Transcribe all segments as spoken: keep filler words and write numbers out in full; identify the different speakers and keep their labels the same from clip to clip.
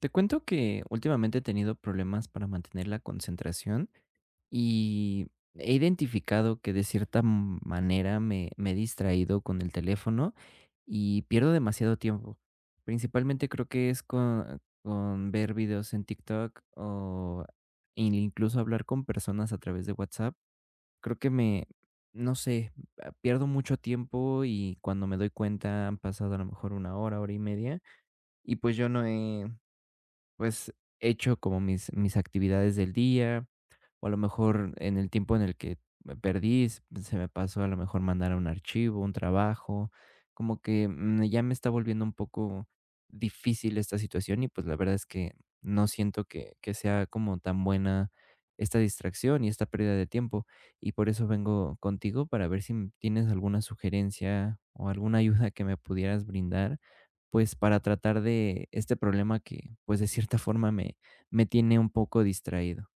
Speaker 1: Te cuento que últimamente he tenido problemas para mantener la concentración y he identificado que de cierta manera me, me he distraído con el teléfono y pierdo demasiado tiempo. Principalmente creo que es con, con ver videos en TikTok o in- incluso hablar con personas a través de WhatsApp. Creo que me, no sé, a- pierdo mucho tiempo y cuando me doy cuenta han pasado a lo mejor una hora, hora y media, y pues yo no he, pues, hecho como mis mis actividades del día, o a lo mejor en el tiempo en el que me perdí, s- se me pasó a lo mejor mandar un archivo, un trabajo. Como que mm, ya me está volviendo un poco difícil esta situación, y pues la verdad es que no siento que, que sea como tan buena esta distracción y esta pérdida de tiempo, y por eso vengo contigo para ver si m- tienes alguna sugerencia o alguna ayuda que me pudieras brindar, pues para tratar de este problema que, pues, de cierta forma me, me tiene un poco distraído.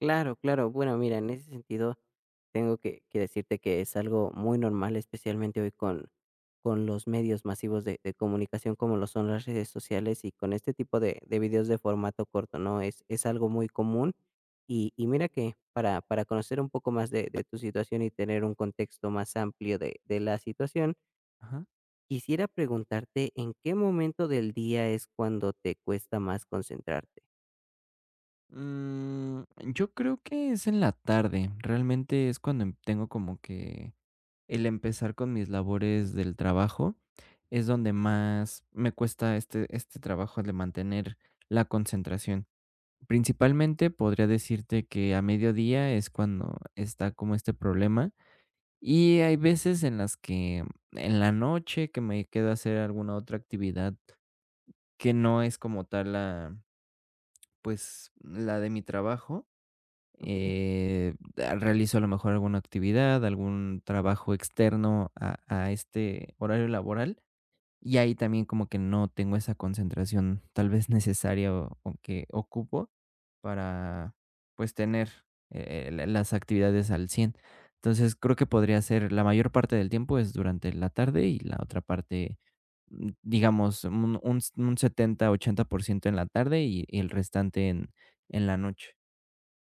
Speaker 2: Claro, claro. Bueno, mira, en ese sentido tengo que, que decirte que es algo muy normal, especialmente hoy con, con los medios masivos de, de comunicación como lo son las redes sociales y con este tipo de, de videos de formato corto, ¿no? Es, es algo muy común. Y, y mira que para, para conocer un poco más de, de tu situación y tener un contexto más amplio de, de la situación,
Speaker 1: Ajá.
Speaker 2: quisiera preguntarte en qué momento del día es cuando te cuesta más concentrarte.
Speaker 1: Mm, yo creo que es en la tarde. Realmente es cuando em- tengo como que el empezar con mis labores del trabajo. Es donde más me cuesta este, este trabajo de mantener la concentración. Principalmente podría decirte que a mediodía es cuando está como este problema. Y hay veces en las que en la noche que me quedo a hacer alguna otra actividad que no es como tal la, pues, la de mi trabajo.
Speaker 2: ¿Ok?
Speaker 1: eh, ah, Realizo a lo mejor alguna actividad, algún trabajo externo a, a este horario laboral, y ahí también como que no tengo esa concentración tal vez necesaria o, o que ocupo para, pues, tener eh, la- las actividades al cien. Entonces creo que podría ser la mayor parte del tiempo es durante la tarde, y la otra parte, mm, digamos, un, un, un setenta-ochenta por ciento en la tarde, y, y el restante en, en la noche.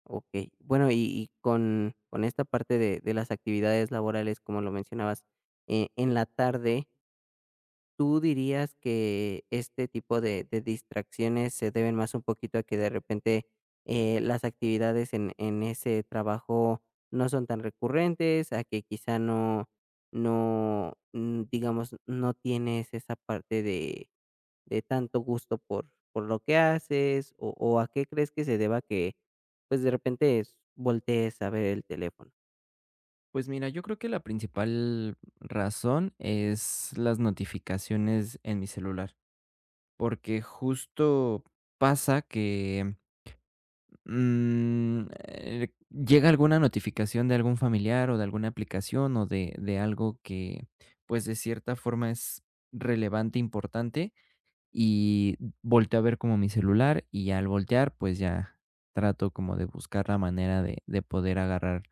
Speaker 2: Ok. Bueno, y y con con esta parte de de las actividades laborales, como lo mencionabas, eh, en la tarde, ¿tú dirías que este tipo de de distracciones se deben más un poquito a que de repente, eh, las actividades en en ese trabajo no son tan recurrentes, a que quizá no no, mm, digamos, no tienes esa parte de de tanto gusto por por lo que haces, o o, ¿a qué crees que se deba que, pues, de repente s voltees a ver el teléfono?
Speaker 1: Pues mira, yo creo que la principal razón es las notificaciones en mi celular, porque justo pasa que, mm, eh, llega alguna notificación de algún familiar o de alguna aplicación o de de algo que, pues, de cierta forma es relevante, importante, y volteo a ver como mi celular, y al voltear, pues, ya trato como de buscar la manera de de poder agarrar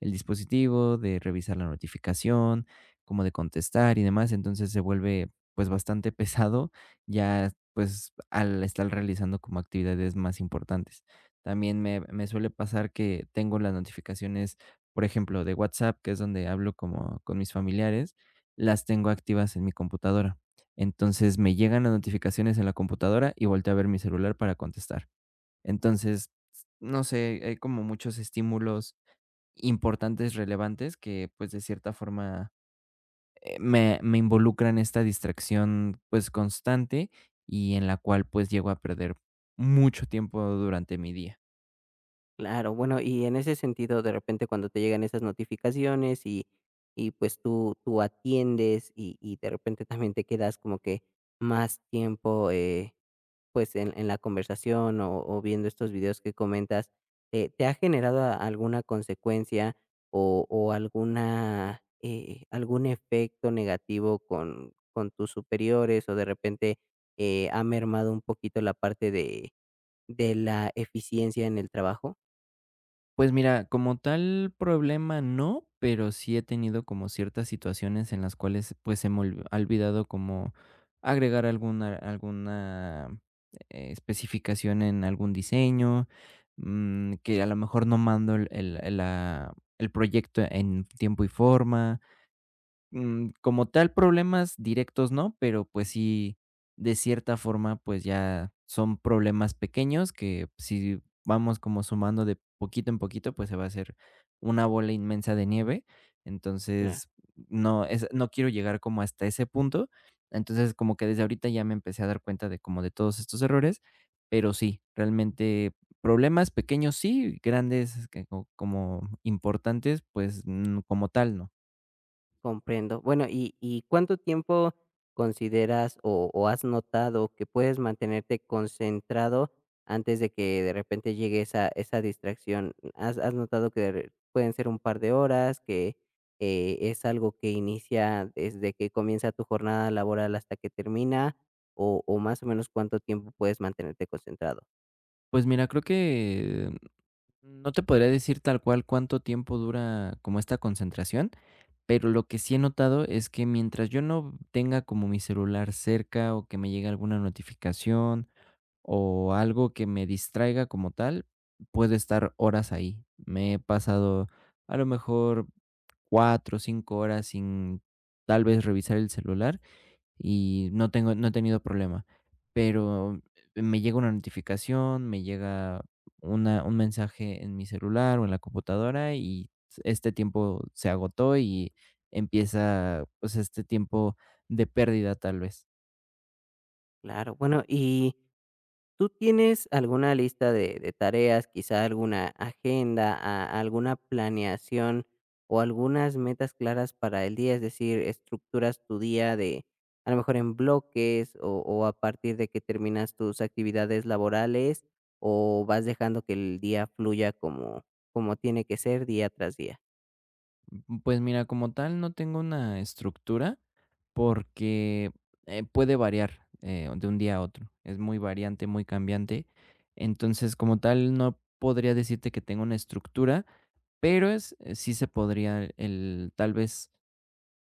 Speaker 1: el dispositivo, de revisar la notificación, como de contestar y demás. Entonces, se vuelve, pues, bastante pesado, ya, pues, al estar realizando como actividades más importantes. También me me suele pasar que tengo las notificaciones, por ejemplo, de WhatsApp, que es donde hablo como con mis familiares, las tengo activas en mi computadora. Entonces, me llegan las notificaciones en la computadora y volteo a ver mi celular para contestar. Entonces, no sé, hay como muchos estímulos importantes, relevantes, que, pues, de cierta forma, eh, me me involucran esta distracción, pues, constante, y en la cual, pues, llego a perder mucho tiempo durante mi día.
Speaker 2: Claro, bueno, y en ese sentido, de repente, cuando te llegan esas notificaciones y y, pues, tú tú atiendes y y de repente también te quedas como que más tiempo, eh pues, en en la conversación o o viendo estos videos que comentas, ¿te te ha generado a alguna consecuencia o o alguna, eh, algún efecto negativo con con tus superiores o de repente, eh, ha mermado un poquito la parte de de la eficiencia en el trabajo?
Speaker 1: Pues mira, como tal problema no, pero sí he tenido como ciertas situaciones en las cuales pues se me olvi- ha olvidado como agregar alguna, alguna eh, especificación en algún diseño, mm, que a lo mejor no mando el, el- el- la- el proyecto en tiempo y forma. Mm, como tal, problemas directos no, pero, pues sí, de cierta forma, pues ya son problemas pequeños que si vamos como sumando de poquito en poquito, pues se va a hacer una bola inmensa de nieve. Entonces, no es, no quiero llegar como hasta ese punto. Entonces, como que desde ahorita ya me empecé a dar cuenta de como de todos estos errores, pero sí, realmente problemas pequeños sí, grandes que co como importantes, pues, mm, como tal, no.
Speaker 2: Comprendo. Bueno, ¿y y cuánto tiempo consideras o o has notado que puedes mantenerte concentrado antes de que de repente llegue esa esa distracción? ¿Has has notado que de re- pueden ser un par de horas, que, eh, es algo que inicia desde que comienza tu jornada laboral hasta que termina, o o más o menos cuánto tiempo puedes mantenerte concentrado?
Speaker 1: Pues mira, creo que no te podría decir tal cual cuánto tiempo dura como esta concentración, pero lo que sí he notado es que mientras yo no tenga como mi celular cerca o que me llegue alguna notificación o algo que me distraiga como tal, puedo estar horas ahí. Me he pasado a lo mejor cuatro o cinco horas sin tal vez revisar el celular, y no tengo, no he tenido problema, pero me llega una notificación, me llega una un mensaje en mi celular o en la computadora y este tiempo se agotó, y empieza, pues, este tiempo de pérdida, tal vez.
Speaker 2: Claro, bueno, y ¿tú tienes alguna lista de de tareas, quizá alguna agenda, a alguna planeación o algunas metas claras para el día? Es decir, estructuras tu día de, a lo mejor en bloques o o a partir de que terminas tus actividades laborales o vas dejando que el día fluya como como tiene que ser día tras día.
Speaker 1: Mm, Pues mira, como tal, no tengo una estructura porque, eh, puede variar, eh, de un día a otro. Es muy variante, muy cambiante. Entonces, como tal, no podría decirte que tengo una estructura. Pero es, eh, sí se podría el tal vez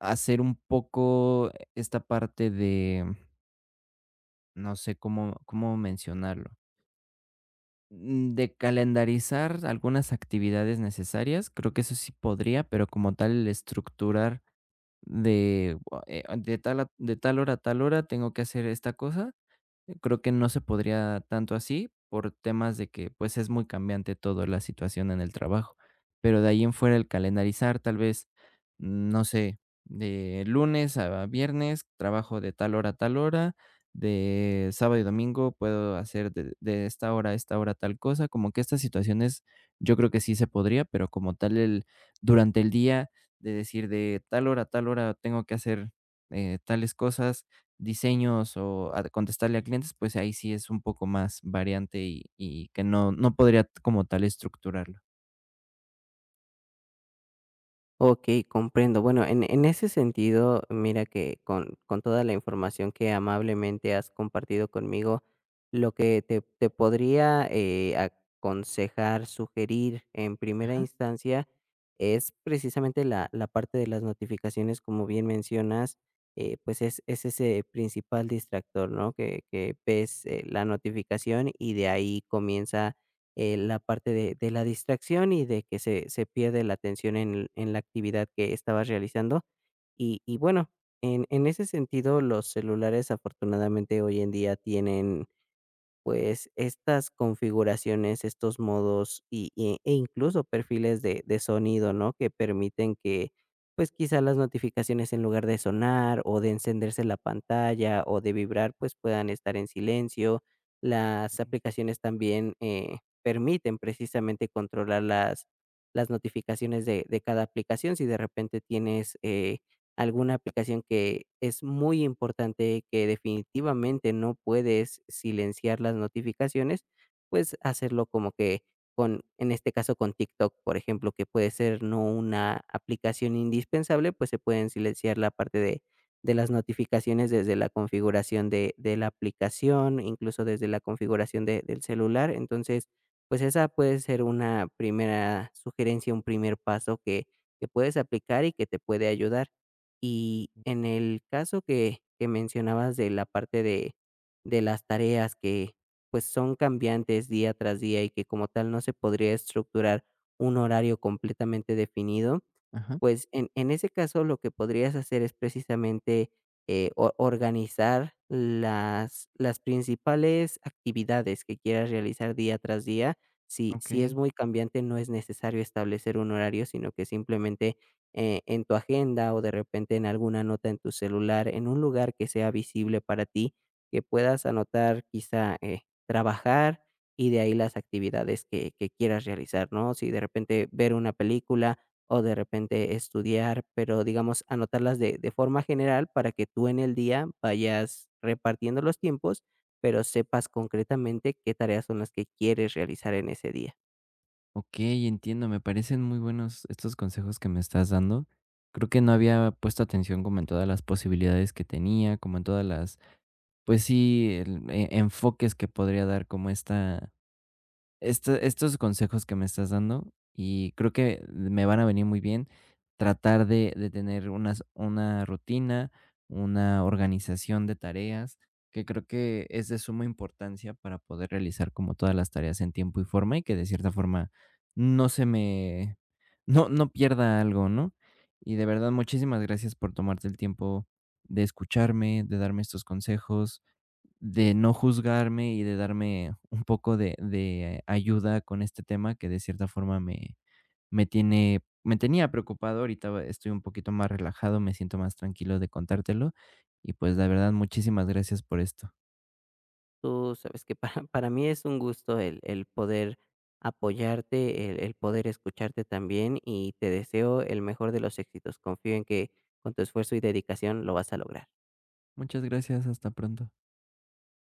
Speaker 1: hacer un poco esta parte de, no sé cómo cómo mencionarlo, mm, de calendarizar algunas actividades necesarias, creo que eso sí podría, pero como tal el estructurar de, bu- eh, de tal a de tal hora a tal hora tengo que hacer esta cosa. Creo que no se podría tanto así por temas de que, pues, es muy cambiante toda la situación en el trabajo. Pero de ahí en fuera el calendarizar, tal vez, mm, no sé, de lunes a viernes trabajo de tal hora a tal hora, de sábado y domingo puedo hacer de de esta hora a esta hora tal cosa, como que estas situaciones yo creo que sí se podría, pero como tal el durante el día de decir de tal hora a tal hora tengo que hacer, eh, tales cosas, diseños o a contestarle a clientes, pues ahí sí es un poco más variante, y y que no no podría como tal estructurarlo.
Speaker 2: Okey, comprendo. Bueno, en en ese sentido, mira que con con toda la información que amablemente has compartido conmigo, lo que te te podría, eh, aconsejar, sugerir en primera
Speaker 1: Ajá,
Speaker 2: instancia es precisamente la la parte de las notificaciones, como bien mencionas, eh, pues es es ese principal distractor, ¿no? Que que ves, eh, la notificación y de ahí comienza eh, la parte de de la distracción y de que se se pierde la atención en en la actividad que estabas realizando. Y y bueno, en en ese sentido, los celulares afortunadamente hoy en día tienen pues estas configuraciones, estos modos y, y- e incluso perfiles de, de sonido, ¿no? Que permiten que, pues quizá las notificaciones en lugar de sonar o de encenderse la pantalla o de vibrar, pues puedan estar en silencio. Las aplicaciones también eh, permiten precisamente controlar las, las notificaciones de, de cada aplicación. Si de repente tienes eh, alguna aplicación que es muy importante, que definitivamente no puedes silenciar las notificaciones, pues hacerlo como que con, en este caso con TikTok, por ejemplo, que puede ser no una aplicación indispensable, pues se pueden silenciar la parte de, de las notificaciones desde la configuración de, de la aplicación, incluso desde la configuración de- del celular. Entonces, pues esa puede ser una primera sugerencia, un primer paso que, que puedes aplicar y que te puede ayudar. Y en el caso que que mencionabas de la parte de de las tareas que, pues, son cambiantes día tras día y que como tal no se podría estructurar un horario completamente definido,
Speaker 1: ajá,
Speaker 2: pues, en en ese caso, lo que podrías hacer es precisamente, eh, o organizar las las principales actividades que quieras realizar día tras día. Si si es
Speaker 1: okey.
Speaker 2: muy cambiante, no es necesario establecer un horario, sino que simplemente, eh, en tu agenda, o de repente en alguna nota en tu celular, en un lugar que sea visible para ti, que puedas anotar quizá, eh, trabajar y de ahí las actividades que que quieras realizar, ¿no? Si de repente ver una película o de repente estudiar, pero digamos, anotarlas de, de forma general para que tú en el día vayas repartiendo los tiempos, pero sepas concretamente qué tareas son las que quieres realizar en ese día.
Speaker 1: Okey, entiendo, me parecen muy buenos estos consejos que me estás dando. Creo que no había puesto atención como en todas las posibilidades que tenía, como en todas las, pues sí, el e enfoques que podría dar como esta. Esto estos consejos que me estás dando, y creo que me van a venir muy bien, tratar de de tener unas una rutina, una organización de tareas, que creo que es de suma importancia para poder realizar como todas las tareas en tiempo y forma, y que de cierta forma no se me, no no pierda algo, ¿no? Y de verdad, muchísimas gracias por tomarte el tiempo de escucharme, de darme estos consejos, de no juzgarme y de darme un poco de de ayuda con este tema que de cierta forma me me tiene me tenía preocupado. Ahorita va- estoy un poquito más relajado, me siento más tranquilo de contártelo, y, pues, la verdad, muchísimas gracias por esto.
Speaker 2: Tú sabes que para, para mí es un gusto el, el poder apoyarte, el, el poder escucharte también y te deseo el mejor de los éxitos. Confío en que con tu esfuerzo y dedicación lo vas a lograr.
Speaker 1: Muchas gracias, hasta pronto.